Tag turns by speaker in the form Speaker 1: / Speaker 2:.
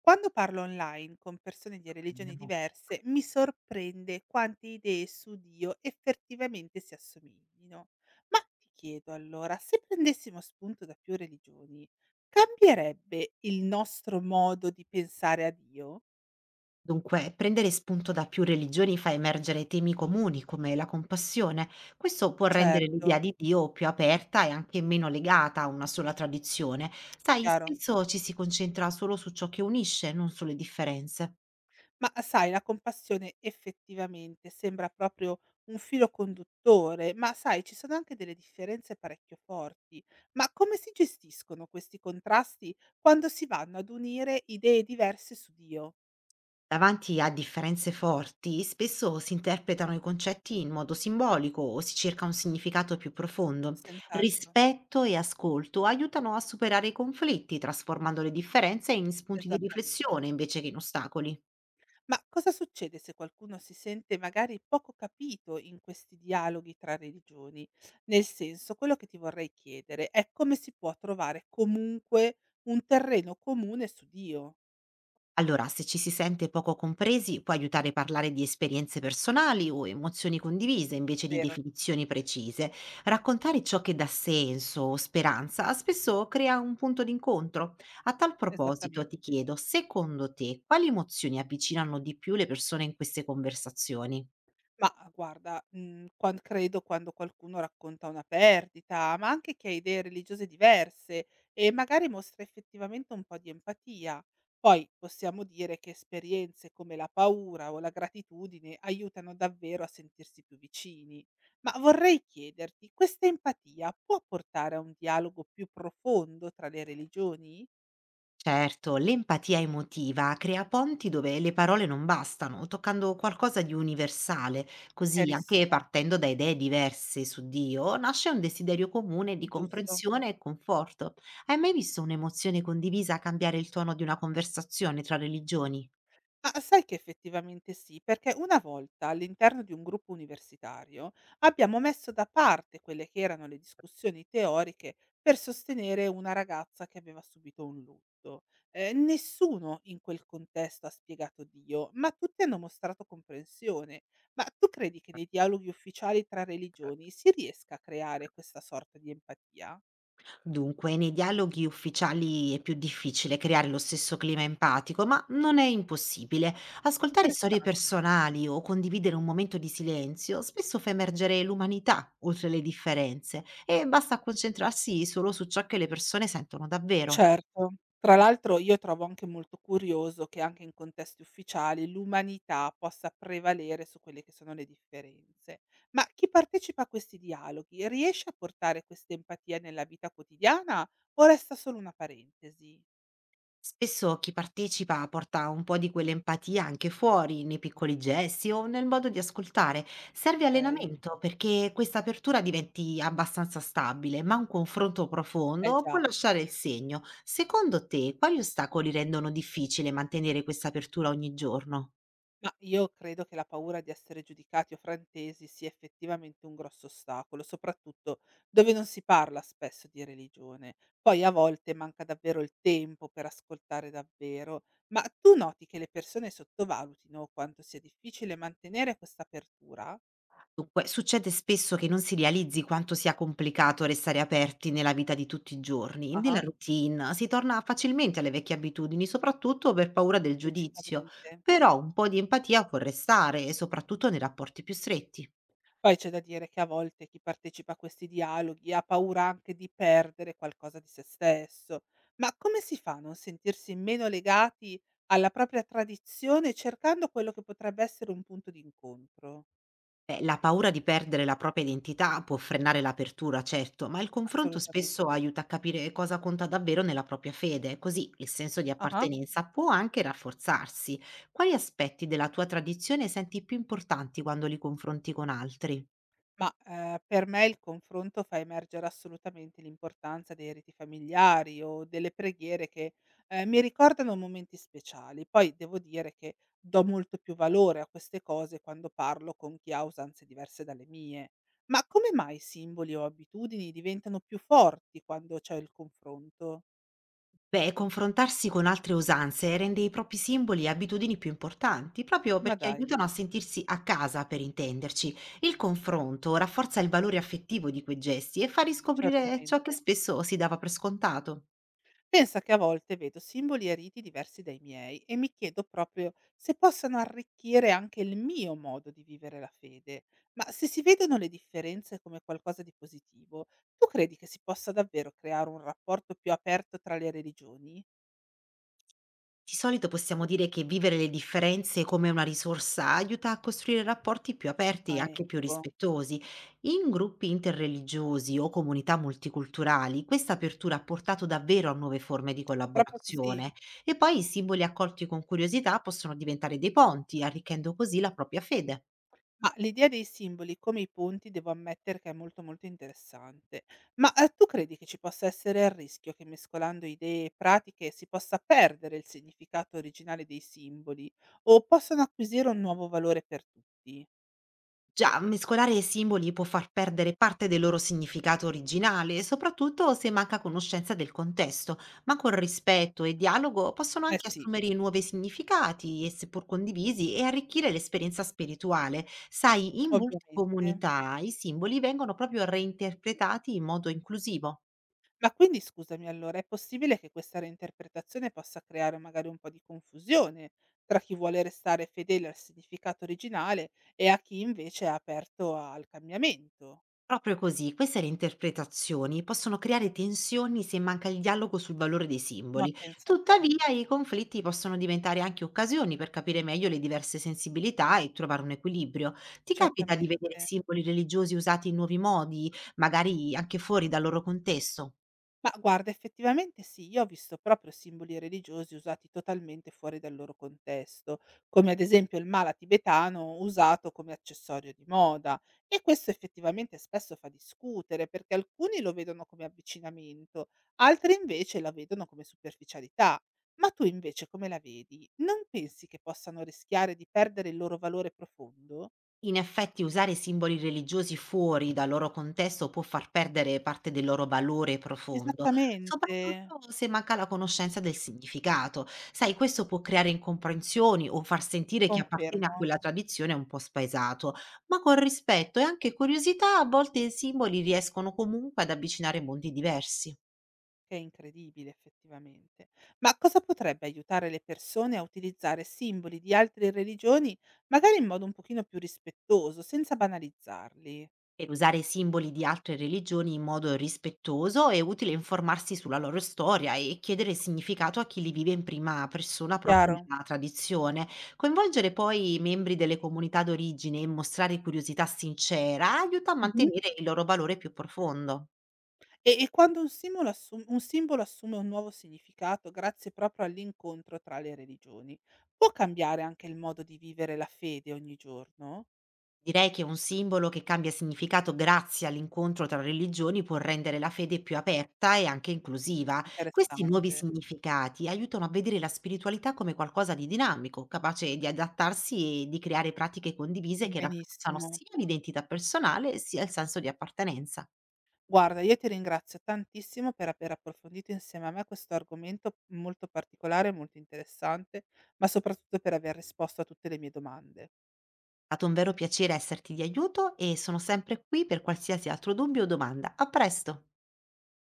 Speaker 1: Quando parlo online con persone di religioni diverse, mi sorprende quante idee su Dio effettivamente si assomiglino. Ma ti chiedo allora, se prendessimo spunto da più religioni, cambierebbe il nostro modo di pensare a Dio?
Speaker 2: Dunque, prendere spunto da più religioni fa emergere temi comuni come la compassione. Questo può rendere
Speaker 1: Certo,
Speaker 2: l'idea di Dio più aperta e anche meno legata a una sola tradizione. Sai,
Speaker 1: chiaro.
Speaker 2: spesso ci si concentra solo su ciò che unisce, non sulle differenze.
Speaker 1: Ma sai, la compassione effettivamente sembra proprio un filo conduttore, ma sai, ci sono anche delle differenze parecchio forti. Ma come si gestiscono questi contrasti quando si vanno ad unire idee diverse su Dio?
Speaker 2: Davanti a differenze forti, spesso si interpretano i concetti in modo simbolico o si cerca un significato più profondo.
Speaker 1: Senz'altro,
Speaker 2: Rispetto e ascolto aiutano a superare i conflitti, trasformando le differenze in spunti di
Speaker 1: esattamente.
Speaker 2: riflessione invece che in ostacoli.
Speaker 1: Ma cosa succede se qualcuno si sente magari poco capito in questi dialoghi tra religioni? Nel senso, quello che ti vorrei chiedere è come si può trovare comunque un terreno comune su Dio,
Speaker 2: Allora, se ci si sente poco compresi, può aiutare a parlare di esperienze personali o emozioni condivise invece di
Speaker 1: vero?
Speaker 2: definizioni precise. Raccontare ciò che dà senso o speranza spesso crea un punto d'incontro. A tal proposito, ti
Speaker 1: Esattamente.
Speaker 2: chiedo, secondo te, quali emozioni avvicinano di più le persone in queste conversazioni?
Speaker 1: Ma guarda, quan credo quando qualcuno racconta una perdita, ma anche chi ha idee religiose diverse e magari mostra effettivamente un po' di empatia. Poi possiamo dire che esperienze come la paura o la gratitudine aiutano davvero a sentirsi più vicini. Ma vorrei chiederti, questa empatia può portare a un dialogo più profondo tra le religioni?
Speaker 2: Certo, l'empatia emotiva crea ponti dove le parole non bastano, toccando qualcosa di universale, così anche
Speaker 1: Chiarissimo,
Speaker 2: partendo da idee diverse su Dio, nasce un desiderio comune di
Speaker 1: giusto.
Speaker 2: comprensione e conforto. Hai mai visto un'emozione condivisa cambiare il tono di una conversazione tra religioni?
Speaker 1: Ma sai che effettivamente sì, perché una volta all'interno di un gruppo universitario abbiamo messo da parte quelle che erano le discussioni teoriche per sostenere una ragazza che aveva subito un lutto. Nessuno in quel contesto ha spiegato Dio, ma tutti hanno mostrato comprensione. Ma tu credi che nei dialoghi ufficiali tra religioni si riesca a creare questa sorta di empatia?
Speaker 2: Dunque, nei dialoghi ufficiali è più difficile creare lo stesso clima empatico, ma non è impossibile. Ascoltare storie
Speaker 1: Interessante.
Speaker 2: personali o condividere un momento di silenzio spesso fa emergere l'umanità oltre le differenze e basta concentrarsi solo su ciò che le persone sentono davvero.
Speaker 1: Certo. Tra l'altro io trovo anche molto curioso che anche in contesti ufficiali l'umanità possa prevalere su quelle che sono le differenze. Ma chi partecipa a questi dialoghi riesce a portare questa empatia nella vita quotidiana o resta solo una parentesi?
Speaker 2: Spesso chi partecipa porta un po' di quell'empatia anche fuori, nei piccoli gesti o nel modo di ascoltare. Serve
Speaker 1: Okay.
Speaker 2: allenamento perché questa apertura diventi abbastanza stabile, ma un confronto
Speaker 1: Eh
Speaker 2: profondo può
Speaker 1: già.
Speaker 2: lasciare il segno. Secondo te, quali ostacoli rendono difficile mantenere questa apertura ogni giorno?
Speaker 1: Ma io credo che la paura di essere giudicati o frantesi sia effettivamente un grosso ostacolo, soprattutto dove non si parla spesso di religione. Poi a volte manca davvero il tempo per ascoltare davvero, ma tu noti che le persone sottovalutino quanto sia difficile mantenere questa apertura?
Speaker 2: Dunque, succede spesso che non si realizzi quanto sia complicato restare aperti nella vita di tutti i giorni. Nella
Speaker 1: Ah-ah,
Speaker 2: routine si torna facilmente alle vecchie abitudini, soprattutto per paura del giudizio,
Speaker 1: logicamente.
Speaker 2: però un po' di empatia può restare, soprattutto nei rapporti più stretti.
Speaker 1: Poi c'è da dire che a volte chi partecipa a questi dialoghi ha paura anche di perdere qualcosa di se stesso. Ma come si fa a non sentirsi meno legati alla propria tradizione cercando quello che potrebbe essere un punto di incontro?
Speaker 2: Beh, la paura di perdere la propria identità può frenare l'apertura, certo, ma il confronto
Speaker 1: Assolutamente.
Speaker 2: spesso aiuta a capire cosa conta davvero nella propria fede, così il senso di
Speaker 1: Ah-ah.
Speaker 2: appartenenza può anche rafforzarsi. Quali aspetti della tua tradizione senti più importanti quando li confronti con altri?
Speaker 1: Ma, per me il confronto fa emergere assolutamente l'importanza dei riti familiari o delle preghiere che, mi ricordano momenti speciali. Poi devo dire che do molto più valore a queste cose quando parlo con chi ha usanze diverse dalle mie. Ma come mai simboli o abitudini diventano più forti quando c'è il confronto?
Speaker 2: Beh, confrontarsi con altre usanze rende i propri simboli e abitudini più importanti, proprio
Speaker 1: Ma
Speaker 2: perché
Speaker 1: dai,
Speaker 2: aiutano a sentirsi a casa, per intenderci. Il confronto rafforza il valore affettivo di quei gesti e fa riscoprire ciò che
Speaker 1: certamente.
Speaker 2: spesso si dava per scontato.
Speaker 1: Pensa che a volte vedo simboli e riti diversi dai miei e mi chiedo proprio se possano arricchire anche il mio modo di vivere la fede. Ma se si vedono le differenze come qualcosa di positivo, tu credi che si possa davvero creare un rapporto più aperto tra le religioni?
Speaker 2: Di solito possiamo dire che vivere le differenze come una risorsa aiuta a costruire rapporti più aperti e
Speaker 1: Ah,
Speaker 2: anche più
Speaker 1: ecco,
Speaker 2: rispettosi. In gruppi interreligiosi o comunità multiculturali, questa apertura ha portato davvero a nuove forme di
Speaker 1: proprio così.
Speaker 2: collaborazione e poi i simboli accolti con curiosità possono diventare dei ponti, arricchendo così la propria fede.
Speaker 1: Ma l'idea dei simboli come i ponti devo ammettere che è molto, molto interessante. Ma, tu credi che ci possa essere il rischio che mescolando idee e pratiche si possa perdere il significato originale dei simboli o possano acquisire un nuovo valore per tutti?
Speaker 2: Già, mescolare i simboli può far perdere parte del loro significato originale, soprattutto se manca conoscenza del contesto, ma con rispetto e dialogo possono
Speaker 1: Eh
Speaker 2: anche
Speaker 1: sì,
Speaker 2: assumere nuovi significati, e seppur condivisi, e arricchire l'esperienza spirituale. Sai, in molte
Speaker 1: ovviamente.
Speaker 2: comunità i simboli vengono proprio reinterpretati in modo inclusivo.
Speaker 1: Ma quindi scusami allora, è possibile che questa reinterpretazione possa creare magari un po' di confusione tra chi vuole restare fedele al significato originale e a chi invece è aperto al cambiamento?
Speaker 2: Proprio così, queste reinterpretazioni possono creare tensioni se manca il dialogo sul valore dei
Speaker 1: Ma
Speaker 2: simboli.
Speaker 1: pensa te.
Speaker 2: Tuttavia, i conflitti possono diventare anche occasioni per capire meglio le diverse sensibilità e trovare un equilibrio. Ti capita di vedere
Speaker 1: Certamente.
Speaker 2: simboli religiosi usati in nuovi modi, magari anche fuori dal loro contesto?
Speaker 1: Ma guarda, effettivamente sì, io ho visto proprio simboli religiosi usati totalmente fuori dal loro contesto, come ad esempio il mala tibetano usato come accessorio di moda. E questo effettivamente spesso fa discutere, perché alcuni lo vedono come avvicinamento, altri invece la vedono come superficialità. Ma tu invece come la vedi? Non pensi che possano rischiare di perdere il loro valore profondo?
Speaker 2: In effetti usare simboli religiosi fuori dal loro contesto può far perdere parte del loro valore profondo,
Speaker 1: Esattamente,
Speaker 2: soprattutto se manca la conoscenza del significato. Sai, questo può creare incomprensioni o far sentire chi appartiene a
Speaker 1: confermo.
Speaker 2: quella tradizione un po' spaesato, ma con rispetto e anche curiosità a volte i simboli riescono comunque ad avvicinare mondi diversi.
Speaker 1: Che è incredibile effettivamente. Ma cosa potrebbe aiutare le persone a utilizzare simboli di altre religioni, magari in modo un pochino più rispettoso, senza banalizzarli?
Speaker 2: Per usare simboli di altre religioni in modo rispettoso è utile informarsi sulla loro storia e chiedere significato a chi li vive in prima persona proprio
Speaker 1: Chiaro?
Speaker 2: nella tradizione. Coinvolgere poi i membri delle comunità d'origine e mostrare curiosità sincera aiuta a
Speaker 1: Mh-mh.
Speaker 2: mantenere il loro valore più profondo.
Speaker 1: E quando un simbolo assu un simbolo assume un nuovo significato grazie proprio all'incontro tra le religioni, può cambiare anche il modo di vivere la fede ogni giorno?
Speaker 2: Direi che un simbolo che cambia significato grazie all'incontro tra religioni può rendere la fede più aperta e anche inclusiva. Questi nuovi
Speaker 1: Interessante.
Speaker 2: significati aiutano a vedere la spiritualità come qualcosa di dinamico, capace di adattarsi e di creare pratiche condivise che rafforzano
Speaker 1: Benissimo.
Speaker 2: sia l'identità personale sia il senso di appartenenza.
Speaker 1: Guarda, io ti ringrazio tantissimo per aver approfondito insieme a me questo argomento molto particolare e molto interessante, ma soprattutto per aver risposto a tutte le mie domande.
Speaker 2: È stato un vero piacere esserti di aiuto e sono sempre qui per qualsiasi altro dubbio o domanda. A presto!